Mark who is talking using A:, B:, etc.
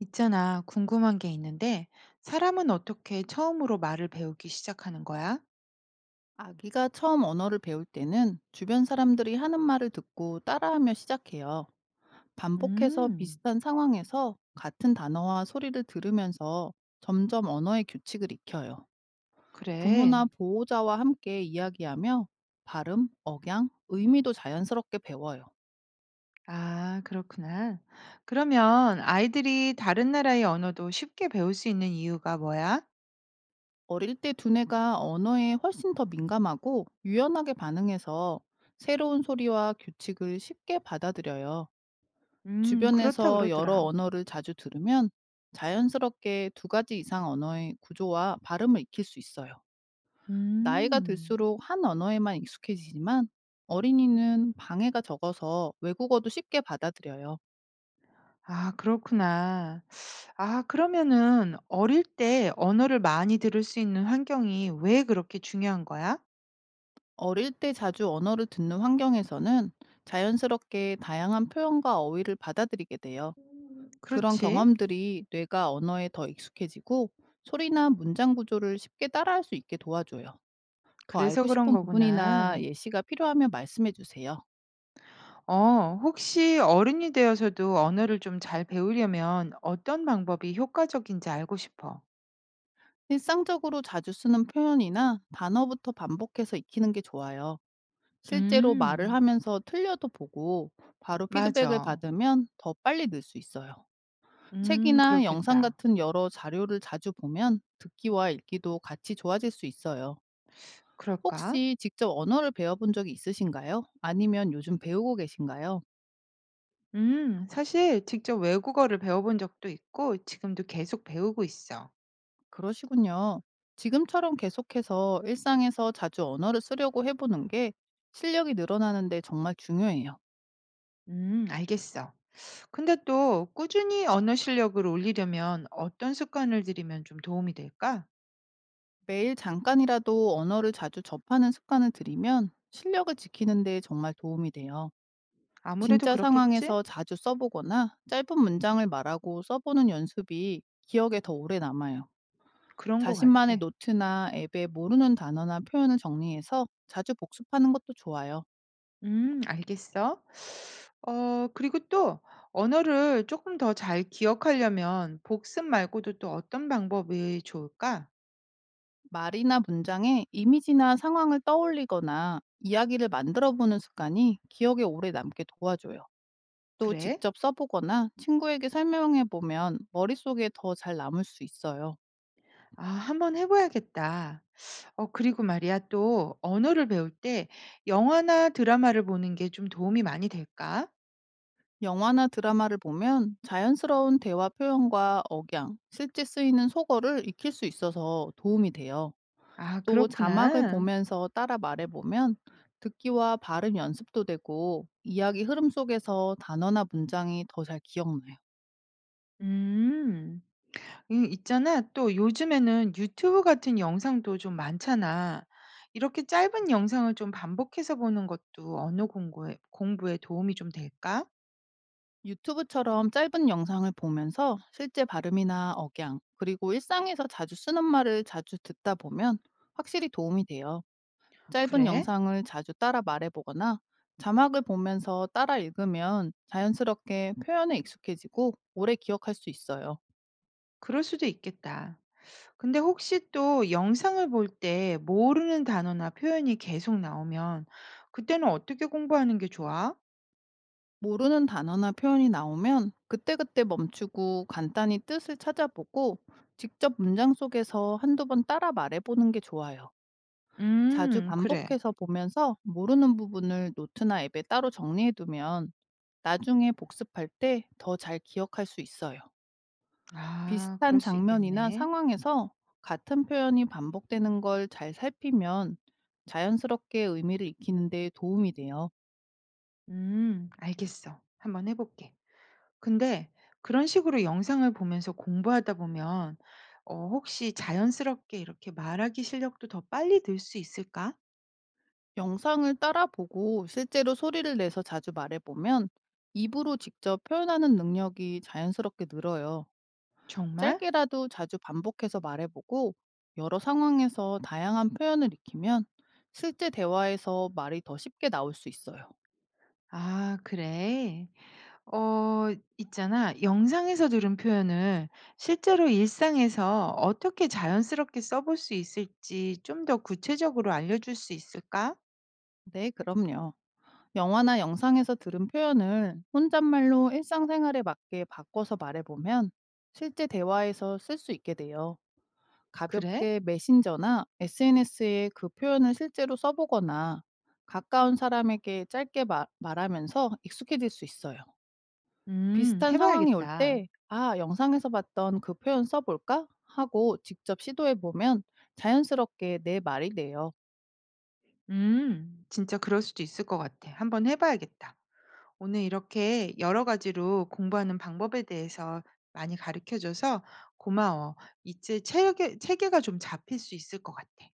A: 있잖아, 궁금한 게 있는데, 사람은 어떻게 처음으로 말을 배우기 시작하는 거야?
B: 아기가 처음 언어를 배울 때는 주변 사람들이 하는 말을 듣고 따라하며 시작해요. 반복해서
A: 음,
B: 비슷한 상황에서 같은 단어와 소리를 들으면서 점점 언어의 규칙을 익혀요. 부모나
A: 그래.
B: 보호자와 함께 이야기하며 발음, 억양, 의미도 자연스럽게 배워요.
A: 아, 그렇구나. 그러면 아이들이 다른 나라의 언어도 쉽게 배울 수 있는 이유가 뭐야?
B: 어릴 때 두뇌가 언어에 훨씬 더 민감하고 유연하게 반응해서 새로운 소리와 규칙을 쉽게 받아들여요.
A: 그렇다
B: 주변에서 여러
A: 그러더라.
B: 언어를 자주 들으면 자연스럽게 두 가지 이상 언어의 구조와 발음을 익힐 수 있어요. 나이가
A: 음,
B: 들수록 한 언어에만 익숙해지지만 어린이는 방해가 적어서 외국어도 쉽게 받아들여요.
A: 아, 그렇구나. 아, 그러면은 어릴 때 언어를 많이 들을 수 있는 환경이 왜 그렇게 중요한 거야?
B: 어릴 때 자주 언어를 듣는 환경에서는 자연스럽게 다양한 표현과 어휘를 받아들이게 돼요. 그런
A: 그렇지.
B: 경험들이 뇌가 언어에 더 익숙해지고 소리나 문장 구조를 쉽게 따라할 수 있게 도와줘요. 더
A: 그래서
B: 알고
A: 그런
B: 싶은
A: 거구나.
B: 부분이나 예시가 필요하면 말씀해 주세요.
A: 어, 혹시 어른이 되어서도 언어를 좀 잘 배우려면 어떤 방법이 효과적인지 알고 싶어.
B: 일상적으로 자주 쓰는 표현이나 단어부터 반복해서 익히는 게 좋아요. 실제로 말을
A: 음,
B: 하면서 틀려도 보고 바로 피드백을
A: 맞아.
B: 받으면 더 빨리 늘 수 있어요. 책이나 영상
A: 그렇겠다.
B: 같은 여러 자료를 자주 보면 듣기와 읽기도 같이 좋아질 수 있어요.
A: 그럴까?
B: 혹시 직접 언어를 배워본 적이 있으신가요? 아니면 요즘 배우고 계신가요?
A: 사실 직접 외국어를 배워본 적도 있고 지금도 계속 배우고 있어.
B: 그러시군요. 지금처럼 계속해서 일상에서 자주 언어를 쓰려고 해보는 게 실력이 늘어나는데 정말 중요해요.
A: 알겠어. 근데 또 꾸준히 언어 실력을 올리려면 어떤 습관을 들이면 좀 도움이 될까?
B: 매일 잠깐이라도 언어를 자주 접하는 습관을 들이면 실력을 지키는 데 정말 도움이 돼요.
A: 아무래도
B: 진짜
A: 그렇겠지?
B: 상황에서 자주 써보거나 짧은 문장을 말하고 써보는 연습이 기억에 더 오래 남아요.
A: 그런 것
B: 자신만의
A: 같아.
B: 노트나 앱에 모르는 단어나 표현을 정리해서 자주 복습하는 것도 좋아요.
A: 알겠어. 어 그리고 또 언어를 조금 더 잘 기억하려면 복습 말고도 또 어떤 방법이 좋을까?
B: 말이나 문장에 이미지나 상황을 떠올리거나 이야기를 만들어 보는 습관이 기억에 오래 남게 도와줘요. 또
A: 그래?
B: 직접 써보거나 친구에게 설명해 보면 머릿속에 더 잘 남을 수 있어요.
A: 아 한번 해 봐야겠다. 어 그리고 말이야 또 언어를 배울 때 영화나 드라마를 보는 게 좀 도움이 많이 될까?
B: 영화나 드라마를 보면 자연스러운 대화 표현과 억양, 실제 쓰이는 속어를 익힐 수 있어서 도움이 돼요.
A: 아
B: 또 자막을
A: 그렇구나.
B: 보면서 따라 말해보면 듣기와 발음 연습도 되고 이야기 흐름 속에서 단어나 문장이 더 잘 기억나요.
A: 음. 있잖아. 또 요즘에는 유튜브 같은 영상도 좀 많잖아. 이렇게 짧은 영상을 좀 반복해서 보는 것도 공부에 도움이 좀 될까?
B: 유튜브처럼 짧은 영상을 보면서 실제 발음이나 억양, 그리고 일상에서 자주 쓰는 말을 자주 듣다 보면 확실히 도움이 돼요. 짧은
A: 그래?
B: 영상을 자주 따라 말해보거나 자막을 보면서 따라 읽으면 자연스럽게 표현에 익숙해지고 오래 기억할 수 있어요.
A: 그럴 수도 있겠다. 근데 혹시 또 영상을 볼 때 모르는 단어나 표현이 계속 나오면 그때는 어떻게 공부하는 게 좋아?
B: 모르는 단어나 표현이 나오면 그때그때 멈추고 간단히 뜻을 찾아보고 직접 문장 속에서 한두 번 따라 말해보는 게 좋아요. 자주
A: 그래.
B: 반복해서 보면서 모르는 부분을 노트나 앱에 따로 정리해두면 나중에 복습할 때 더 잘 기억할 수 있어요.
A: 아,
B: 비슷한
A: 그럴 수
B: 장면이나
A: 있겠네.
B: 상황에서 같은 표현이 반복되는 걸 잘 살피면 자연스럽게 의미를 익히는 데 도움이 돼요.
A: 알겠어. 한번 해볼게. 근데 그런 식으로 영상을 보면서 공부하다 보면 어 혹시 자연스럽게 이렇게 말하기 실력도 더 빨리 늘 수 있을까?
B: 영상을 따라 보고 실제로 소리를 내서 자주 말해보면 입으로 직접 표현하는 능력이 자연스럽게 늘어요.
A: 정말?
B: 짧게라도 자주 반복해서 말해보고 여러 상황에서 다양한 표현을 익히면 실제 대화에서 말이 더 쉽게 나올 수 있어요.
A: 아 그래. 어 있잖아. 영상에서 들은 표현을 실제로 일상에서 어떻게 자연스럽게 써볼 수 있을지 좀 더 구체적으로 알려줄 수 있을까?
B: 네, 그럼요. 영화나 영상에서 들은 표현을 혼잣말로 일상생활에 맞게 바꿔서 말해보면 실제 대화에서 쓸 수 있게 돼요.
A: 그래?
B: 가볍게 메신저나 SNS에 그 표현을 실제로 써보거나 가까운 사람에게 짧게 말하면서 익숙해질 수 있어요.
A: 음.
B: 비슷한
A: 해
B: 상황이 올
A: 봐야겠다.
B: 때 '아 영상에서 봤던 그 표현 써 볼까?' 하고 직접 시도해 보면 자연스럽게 내 말이 돼요.
A: 음. 진짜 그럴 수도 있을 것 같아. 한번 해 봐야겠다. 오늘 이렇게 여러 가지로 공부하는 방법에 대해서 많이 가르쳐 줘서 고마워. 이제 체계가 좀 잡힐 수 있을 것 같아.